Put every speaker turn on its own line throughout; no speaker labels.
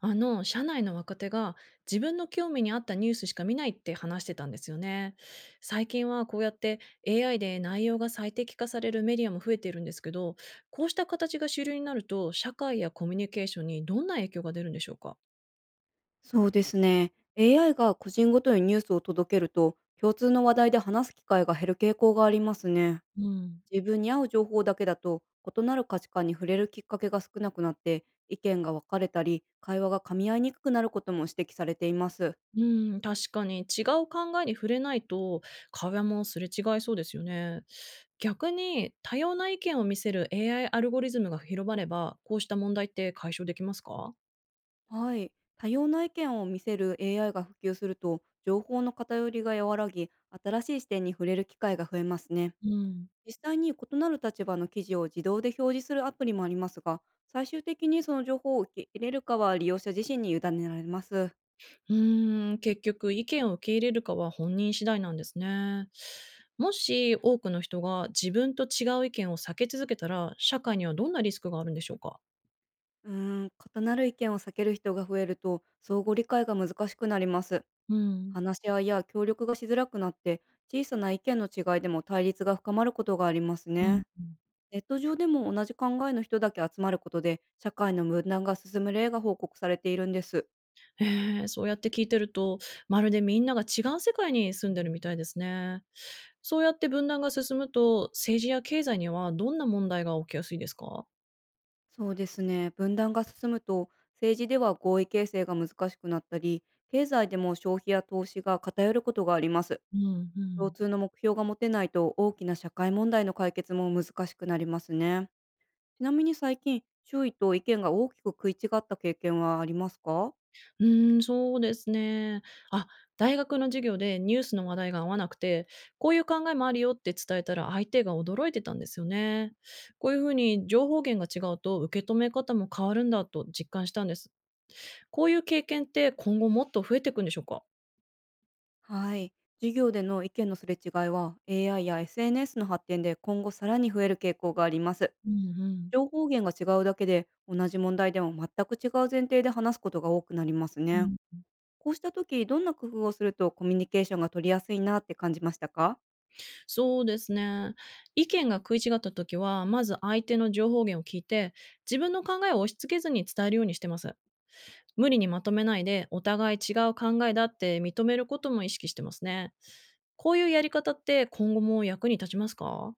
社内の若手が自分の興味に合ったニュースしか見ないって話してたんですよね。最近はこうやって AI で内容が最適化されるメディアも増えているんですけど、こうした形が主流になると、社会やコミュニケーションにどんな影響が出るんでしょうか。
そうですね。AI が個人ごとにニュースを届けると、共通の話題で話す機会が減る傾向がありますね。
うん、
自分に合う情報だけだと、異なる価値観に触れるきっかけが少なくなって、意見が分かれたり、会話が噛み合いにくくなることも指摘されています。
う確かに違う考えに触れないと会話もすれ違いそうですよね。逆に多様な意見を見せる AI アイアルゴリズムが広まれば、こうした問題って解消できますか。
はい。多様な意見を見せる AI が普及すると、情報の偏りが和らぎ、新しい視点に触れる機会が増えますね。
うん。
実際に異なる立場の記事を自動で表示するアプリもありますが、最終的にその情報を受け入れるかは利用者自身に委ねられます。
うーん、結局意見を受け入れるかは本人次第なんですね。もし多くの人が自分と違う意見を避け続けたら、社会にはどんなリスクがあるんでしょうか？
うーん、異なる意見を避ける人が増えると、相互理解が難しくなります。
うん。
話し合いや協力がしづらくなって、小さな意見の違いでも対立が深まることがあります
うん、
ね。ネット上でも同じ考えの人だけ集まることで、社会の分断が進む例が報告されているんです。
えそうやって聞いてると、まるでみんなが違う世界に住んでるみたいですね。そうやって分断が進むと、政治や経済にはどんな問題が起きやすいですか？
そうですね。分断が進むと、政治では合意形成が難しくなったり、経済でも消費や投資が偏ることがあります。
うんう
共
ん。
通の目標が持てないと大きな社会問題の解決も難しくなりますね。ちなみに最近、周囲と意見が大きく食い違った経験はありますか？
うーん、そうですね。あ、大学の授業でニュースの話題が合わなくて、こういう考えもあるよって伝えたら相手が驚いてたんですよね。こういうふうに情報源が違うと受け止め方も変わるんだと実感したんです。こういう経験って今後もっと増えていくんでしょうか。
はい。授業での意見のすれ違いは AI や SNS の発展で今後さらに増える傾向があります。
うんうん。
情報源が違うだけで同じ問題でも全く違う前提で話すことが多くなります
う
ね。
ん、
こうした時、どんな工夫をするとコミュニケーションが取りやすいなって感じましたか？
そうですね。意見が食い違った時は、まず相手の情報源を聞いて、自分の考えを押し付けずに伝えるようにしてます。無理にまとめないで、お互い違う考えだって認めることも意識してますね。こういうやり方って今後も役に立ちますか？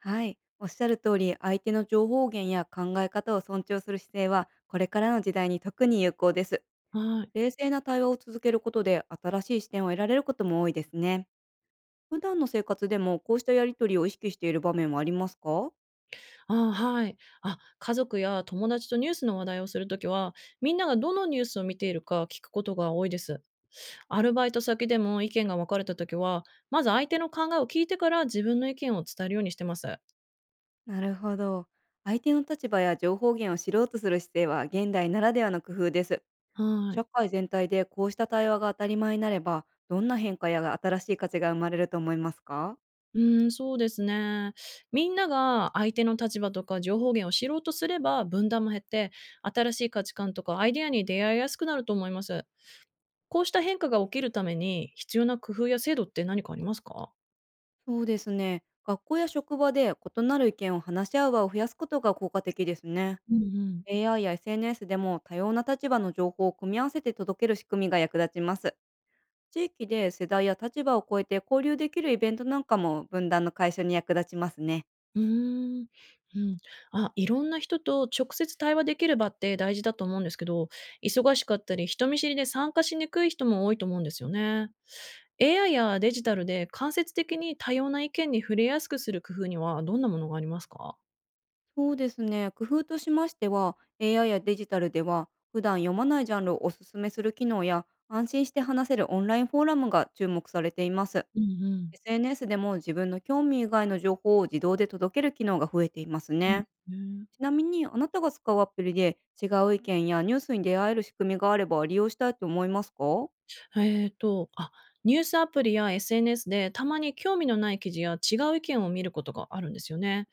はい。おっしゃる通り、相手の情報源や考え方を尊重する姿勢は、これからの時代に特に有効です。
はい。
冷静な対話を続けることで、新しい視点を得られることも多いですね。普段の生活でも、こうしたやりとりを意識している場面はありますか？
あ、はい。あ、家族や友達とニュースの話題をするときは、みんながどのニュースを見ているか聞くことが多いです。アルバイト先でも意見が分かれたときは、まず相手の考えを聞いてから自分の意見を伝えるようにしてます。
なるほど。相手の立場や情報源を知ろうとする姿勢は、現代ならではの工夫です。
は
社
い。
会全体でこうした対話が当たり前になれば、どんな変化や新しい価値が生まれると思いますか？
うーん、そうですね。みんなが相手の立場とか情報源を知ろうとすれば、分断も減って、新しい価値観とかアイデアに出会いやすくなると思います。こうした変化が起きるために必要な工夫や制度って何かありますか？
そうですね。学校や職場で異なる意見を話し合う場を増やすことが効果的ですね。
うんうん。
AI や SNS でも多様な立場の情報を組み合わせて届ける仕組みが役立ちます。地域で世代や立場を超えて交流できるイベントなんかも分断の解消に役立ちますね。
うーん、うん。あ、いろんな人と直接対話できる場って大事だと思うんですけど、忙しかったり人見知りで参加しにくい人も多いと思うんですよね。AI やデジタルで間接的に多様な意見に触れやすくする工夫にはどんなものがありますか？
そうですね。工夫としましては、AI やデジタルでは、普段読まないジャンルをおすすめする機能や、安心して話せるオンラインフォーラムが注目されています。
うんうん。
SNS でも自分の興味以外の情報を自動で届ける機能が増えています
うん、
ね。
ね。
ちなみに、あなたが使うアプリで違う意見やニュースに出会える仕組みがあれば利用したいと思いますか？
あ、ニュースアプリや SNS でたまに興味のない記事や違う意見を見ることがあるんですよね。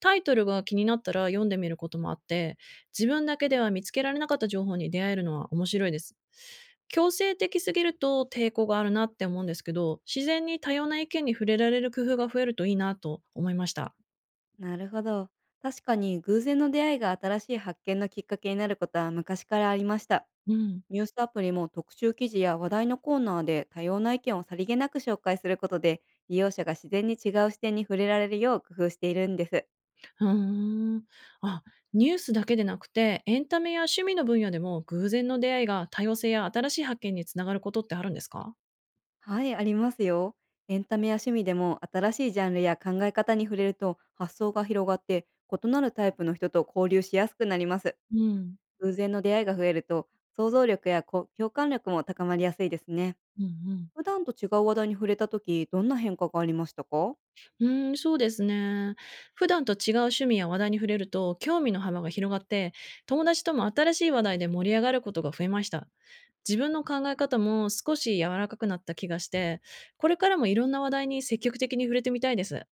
タイトルが気になったら読んでみることもあって、自分だけでは見つけられなかった情報に出会えるのは面白いです。強制的すぎると抵抗があるなって思うんですけど、自然に多様な意見に触れられる工夫が増えるといいなと思いました。
なるほど。確かに偶然の出会いが新しい発見のきっかけになることは昔からありました。
うん。
ニュースアプリも特集記事や話題のコーナーで多様な意見をさりげなく紹介することで、利用者が自然に違う視点に触れられるよう工夫しているんです。
うーん。あ、ニュースだけでなくて、エンタメや趣味の分野でも偶然の出会いが多様性や新しい発見につながることってあるんですか？
はい、ありますよ。エンタメや趣味でも新しいジャンルや考え方に触れると発想が広がって、異なるタイプの人と交流しやすくなります。
うん、
偶然の出会いが増えると、想像力やこ共感力も高まりやすいですね。
うんうん。
普段と違う話題に触れた時、どんな変化がありましたか？
うーん、そうですね。普段と違う趣味や話題に触れると、興味の幅が広がって、友達とも新しい話題で盛り上がることが増えました。自分の考え方も少し柔らかくなった気がして、これからもいろんな話題に積極的に触れてみたいです。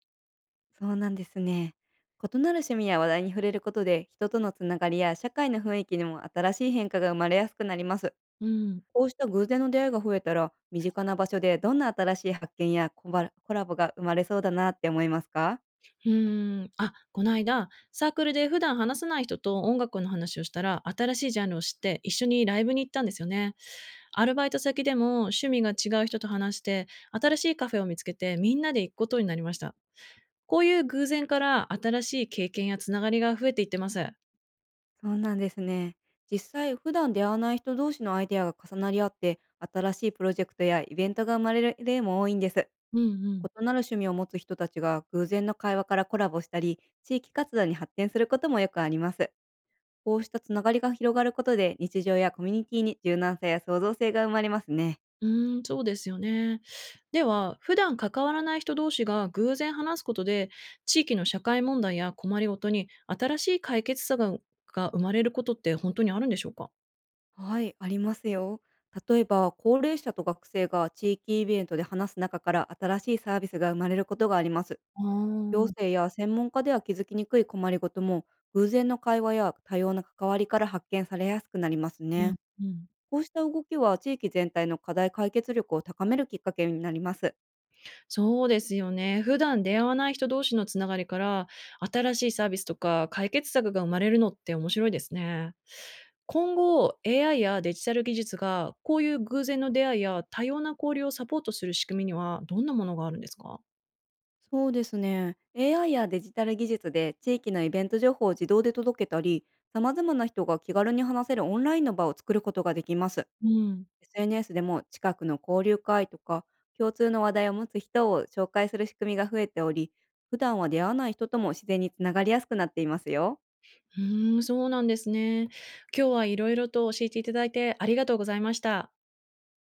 そうなんですね。異なる趣味や話題に触れることで、人とのつながりや社会の雰囲気にも新しい変化が生まれやすくなります。
ううん。
こうした偶然の出会いが増えたら、身近な場所でどんな新しい発見やコバコラボが生まれそうだなって思いますか？
うーん。あ、この間サークルで普段話さない人と音楽の話をしたら、新しいジャンルを知って一緒にライブに行ったんですよね。アルバイト先でも趣味が違う人と話して、新しいカフェを見つけてみんなで行くことになりました。こういう偶然から新しい経験やつながりが増えていってます。
そうなんですね。実際、普段出会わない人同士のアイデアが重なり合って、新しいプロジェクトやイベントが生まれる例も多いんです。
うんうん。
異なる趣味を持つ人たちが偶然の会話からコラボしたり、地域活動に発展することもよくあります。こうしたつながりが広がることで、日常やコミュニティに柔軟さや創造性が生まれますね。
うーん、そうですよね。では、普段関わらない人同士が偶然話すことで、地域の社会問題や困りごとに新しい解決策が生まれることって本当にあるんでしょうか？
はい、ありますよ。例えば、高齢者と学生が地域イベントで話す中から新しいサービスが生まれることがあります。
ああ、
行
うん
政や専門家では気づきにくい困りごとも、偶然の会話や多様な関わりから発見されやすくなりますね。
うん。
こうした動きは地域全体の課題解決力を高めるきっかけになります。
そうですよね。普段出会わない人同士のつながりから、新しいサービスとか解決策が生まれるのって面白いですね。今後、AI やデジタル技術がこういう偶然の出会いや多様な交流をサポートする仕組みにはどんなものがあるんですか？
そうですね。AI やデジタル技術で地域のイベント情報を自動で届けたり、様々な人が気軽に話せるオンラインの場を作ることができます。
うん。
SNS でも近くの交流会とか、共通の話題を持つ人を紹介する仕組みが増えており、普段は出会わない人とも自然につながりやすくなっていますよ。
うーん、そうなんですね。今日は色々と教えていただいてありがとうございました。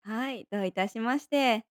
はい、どういたしまして。